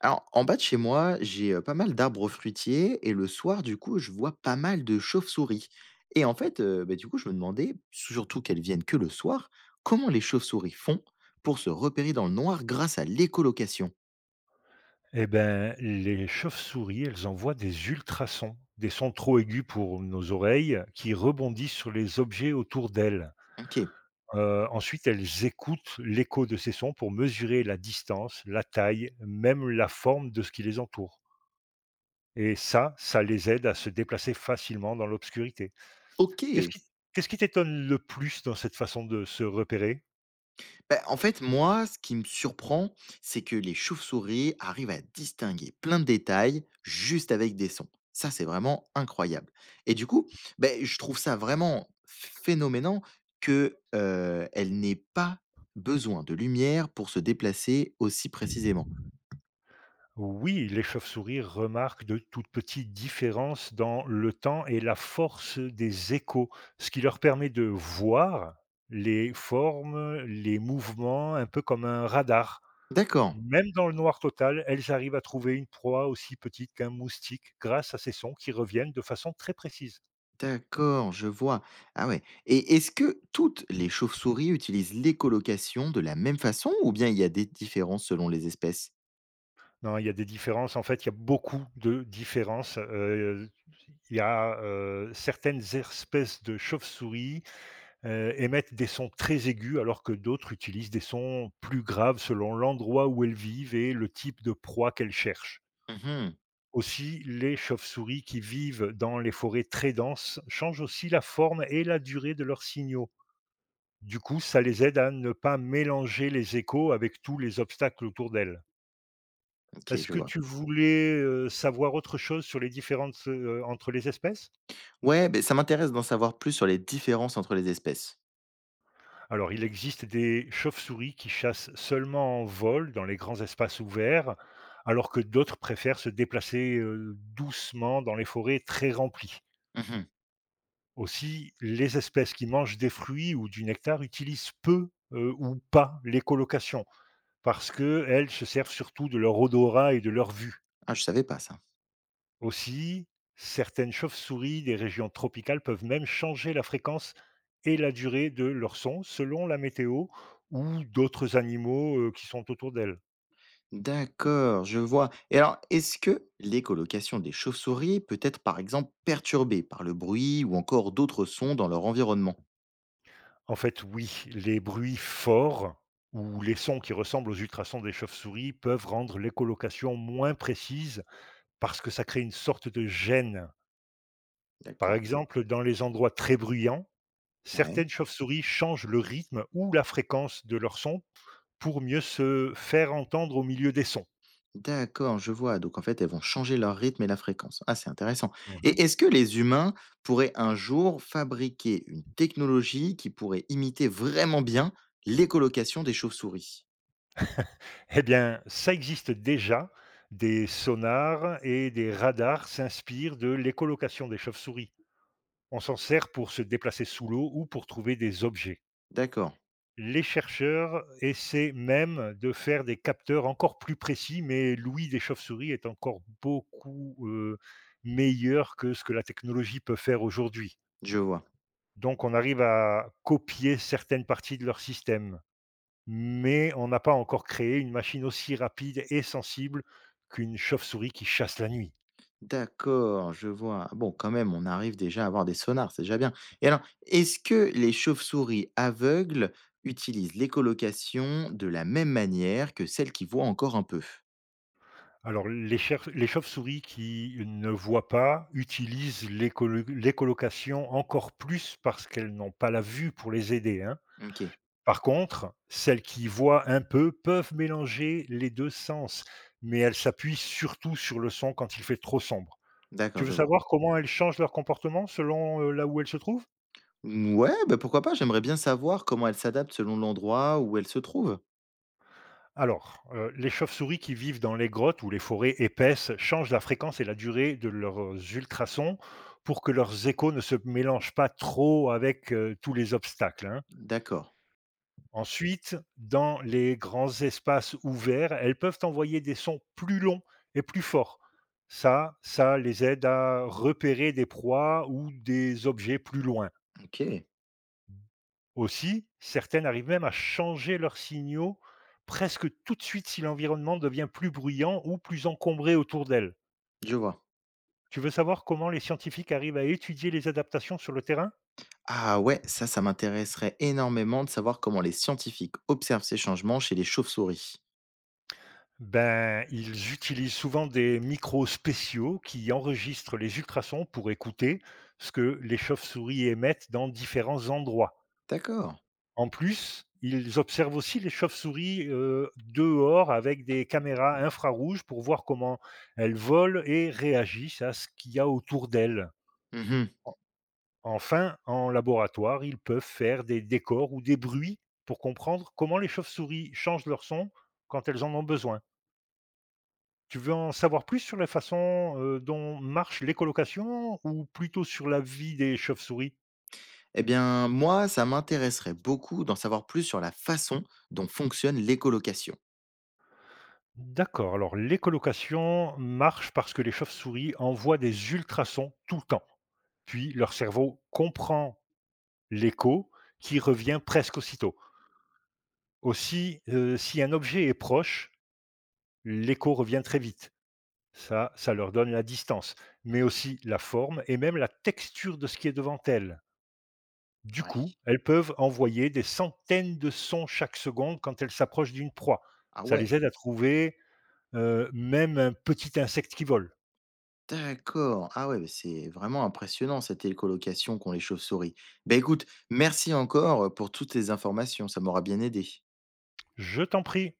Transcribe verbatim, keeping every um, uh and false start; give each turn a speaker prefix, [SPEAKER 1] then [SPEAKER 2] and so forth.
[SPEAKER 1] Alors, en bas de chez moi, j'ai euh, pas mal d'arbres fruitiers et le soir, du coup, je vois pas mal de chauves-souris. Et en fait, euh, bah, du coup, je me demandais, surtout qu'elles viennent que le soir, comment les chauves-souris font pour se repérer dans le noir grâce à l'écholocation.
[SPEAKER 2] Eh ben, les chauves-souris, elles envoient des ultrasons, des sons trop aigus pour nos oreilles, qui rebondissent sur les objets autour d'elles.
[SPEAKER 1] Ok.
[SPEAKER 2] Euh, ensuite, elles écoutent l'écho de ces sons pour mesurer la distance, la taille, même la forme de ce qui les entoure. Et ça, ça les aide à se déplacer facilement dans l'obscurité.
[SPEAKER 1] Ok.
[SPEAKER 2] Qu'est-ce qui, Qu'est-ce qui t'étonne le plus dans cette façon de se repérer?
[SPEAKER 1] Bah, en fait, moi, ce qui me surprend, c'est que les chauves-souris arrivent à distinguer plein de détails juste avec des sons. Ça, c'est vraiment incroyable. Et du coup, ben, je trouve ça vraiment phénoménal que euh, elles n'aient pas besoin de lumière pour se déplacer aussi précisément.
[SPEAKER 2] Oui, les chauves-souris remarquent de toutes petites différences dans le temps et la force des échos, ce qui leur permet de voir les formes, les mouvements, un peu comme un radar.
[SPEAKER 1] D'accord,
[SPEAKER 2] Même dans le noir total, elles arrivent à trouver une proie aussi petite qu'un moustique grâce à ces sons qui reviennent de façon très précise.
[SPEAKER 1] d'accord, je vois. Ah ouais. Et est-ce que toutes les chauves-souris utilisent l'écholocation de la même façon ou bien il y a des différences selon les espèces?
[SPEAKER 2] Non, il y a des différences. En fait, il y a beaucoup de différences. Euh, il y a euh, certaines espèces de chauves-souris heu, émettent des sons très aigus alors que d'autres utilisent des sons plus graves selon l'endroit où elles vivent et le type de proie qu'elles cherchent.
[SPEAKER 1] Mhm.
[SPEAKER 2] Aussi, les chauves-souris qui vivent dans les forêts très denses changent aussi la forme et la durée de leurs signaux. Du coup, ça les aide à ne pas mélanger les échos avec tous les obstacles autour d'elles.
[SPEAKER 1] Ok,
[SPEAKER 2] Est-ce
[SPEAKER 1] je
[SPEAKER 2] que
[SPEAKER 1] vois.
[SPEAKER 2] tu voulais, heu, savoir autre chose sur les différences, heu, entre les espèces?
[SPEAKER 1] Ouais, beh, ça m'intéresse d'en savoir plus sur les différences entre les espèces.
[SPEAKER 2] Alors, il existe des chauves-souris qui chassent seulement en vol dans les grands espaces ouverts, alors que d'autres préfèrent se déplacer euh, doucement dans les forêts très remplies.
[SPEAKER 1] Mhm.
[SPEAKER 2] Aussi, les espèces qui mangent des fruits ou du nectar utilisent peu euh, ou pas l'écholocation, parce qu'elles se servent surtout de leur odorat et de leur vue.
[SPEAKER 1] Ah, je savais pas ça.
[SPEAKER 2] Aussi, certaines chauves-souris des régions tropicales peuvent même changer la fréquence et la durée de leur son selon la météo ou d'autres animaux euh, qui sont autour d'elles.
[SPEAKER 1] D'accord, je vois. Et alors, est-ce que l'écolocation des chauves-souris peut être, par exemple, perturbée par le bruit ou encore d'autres sons dans leur environnement?
[SPEAKER 2] En fait, oui, les bruits forts ou les sons qui ressemblent aux ultrasons des chauves-souris peuvent rendre l'écholocation moins précise parce que ça crée une sorte de gêne. Par
[SPEAKER 1] D'accord.
[SPEAKER 2] exemple, dans les endroits très bruyants,
[SPEAKER 1] Ouais.
[SPEAKER 2] certaines chauves-souris changent le rythme ou la fréquence de leur son pour mieux se faire entendre au milieu des sons.
[SPEAKER 1] D'accord, je vois. Donc, en fait, elles vont changer leur rythme et la fréquence. Ah, c'est intéressant.
[SPEAKER 2] Mmh.
[SPEAKER 1] Et est-ce que les humains pourraient un jour fabriquer une technologie qui pourrait imiter vraiment bien l'écolocation des chauves-souris?
[SPEAKER 2] Eh bien, ça existe déjà. Des sonars et des radars s'inspirent de l'écholocation des chauves-souris. On s'en sert pour se déplacer sous l'eau ou pour trouver des objets.
[SPEAKER 1] D'accord,
[SPEAKER 2] Les chercheurs essaient même de faire des capteurs encore plus précis, mais l'ouïe des chauves-souris est encore beaucoup, heu, meilleure que ce que la technologie peut faire aujourd'hui.
[SPEAKER 1] je vois.
[SPEAKER 2] Donc on arrive à copier certaines parties de leur système. Mais on n'a pas encore créé une machine aussi rapide et sensible qu'une chauve-souris qui chasse la nuit.
[SPEAKER 1] D'accord, je vois. Bon, quand même, on arrive déjà à avoir des sonars, c'est déjà bien. Et alors, est-ce que les chauves-souris aveugles utilisent l'écholocation de la même manière que celles qui voient encore un peu?
[SPEAKER 2] Alors, les, cher- les chauves-souris qui ne voient pas utilisent l'écolo- l'écolocation encore plus parce qu'elles n'ont pas la vue pour les aider, hein.
[SPEAKER 1] OK,
[SPEAKER 2] Par contre, celles qui voient un peu peuvent mélanger les deux sens, mais elles s'appuient surtout sur le son quand il fait trop sombre. Tu
[SPEAKER 1] d'accord,
[SPEAKER 2] veux
[SPEAKER 1] je vois.
[SPEAKER 2] savoir comment elles changent leur comportement selon euh, là où elles se trouvent?
[SPEAKER 1] Ouais, bah, pourquoi pas, j'aimerais bien savoir comment elles s'adaptent selon l'endroit où elles se trouvent.
[SPEAKER 2] Alors, heu, les chauves-souris qui vivent dans les grottes ou les forêts épaisses changent la fréquence et la durée de leurs ultrasons pour que leurs échos ne se mélangent pas trop avec, heu, tous les obstacles, hein.
[SPEAKER 1] D'accord,
[SPEAKER 2] Ensuite, dans les grands espaces ouverts, elles peuvent envoyer des sons plus longs et plus forts. Ça ça les aide à repérer des proies ou des objets plus loin.
[SPEAKER 1] OK,
[SPEAKER 2] Aussi, certaines arrivent même à changer leurs signaux presque tout de suite si l'environnement devient plus bruyant ou plus encombré autour d'elles.
[SPEAKER 1] je vois.
[SPEAKER 2] Tu veux savoir comment les scientifiques arrivent à étudier les adaptations sur le terrain?
[SPEAKER 1] Ah ouais, ça, ça m'intéresserait énormément de savoir comment les scientifiques observent ces changements chez les chauves-souris.
[SPEAKER 2] Ben, ils utilisent souvent des micros spéciaux qui enregistrent les ultrasons pour écouter ce que les chauves-souris émettent dans différents endroits.
[SPEAKER 1] D'accord.
[SPEAKER 2] En plus, ils observent aussi les chauves-souris, heu, dehors avec des caméras infrarouges pour voir comment elles volent et réagissent à ce qu'il y a autour d'elles.
[SPEAKER 1] Mhm.
[SPEAKER 2] Enfin, en laboratoire, ils peuvent faire des décors ou des bruits pour comprendre comment les chauves-souris changent leur son quand elles en ont besoin. Tu veux en savoir plus sur la façon, heu, dont marche l'écolocation ou plutôt sur la vie des chauves-souris?
[SPEAKER 1] Eh bien, moi, ça m'intéresserait beaucoup d'en savoir plus sur la façon dont fonctionne l'écolocation.
[SPEAKER 2] D'accord, alors l'écholocation marche parce que les chauves-souris envoient des ultrasons tout le temps. Puis leur cerveau comprend l'écho qui revient presque aussitôt. Aussi, euh, si un objet est proche, l'écho revient très vite. Ça, ça leur donne la distance, mais aussi la forme et même la texture de ce qui est devant elles. Du coup,
[SPEAKER 1] Ouais.
[SPEAKER 2] elles peuvent envoyer des centaines de sons chaque seconde quand elles s'approchent d'une proie.
[SPEAKER 1] Ah
[SPEAKER 2] Ça
[SPEAKER 1] ouais,
[SPEAKER 2] les aide à trouver euh, même un petit insecte qui vole.
[SPEAKER 1] d'accord. Ah ouais, mais c'est vraiment impressionnant cette écolocation qu'ont les chauves-souris. Ben écoute, merci encore pour toutes tes informations, ça m'aura bien aidé.
[SPEAKER 2] Je t'en prie.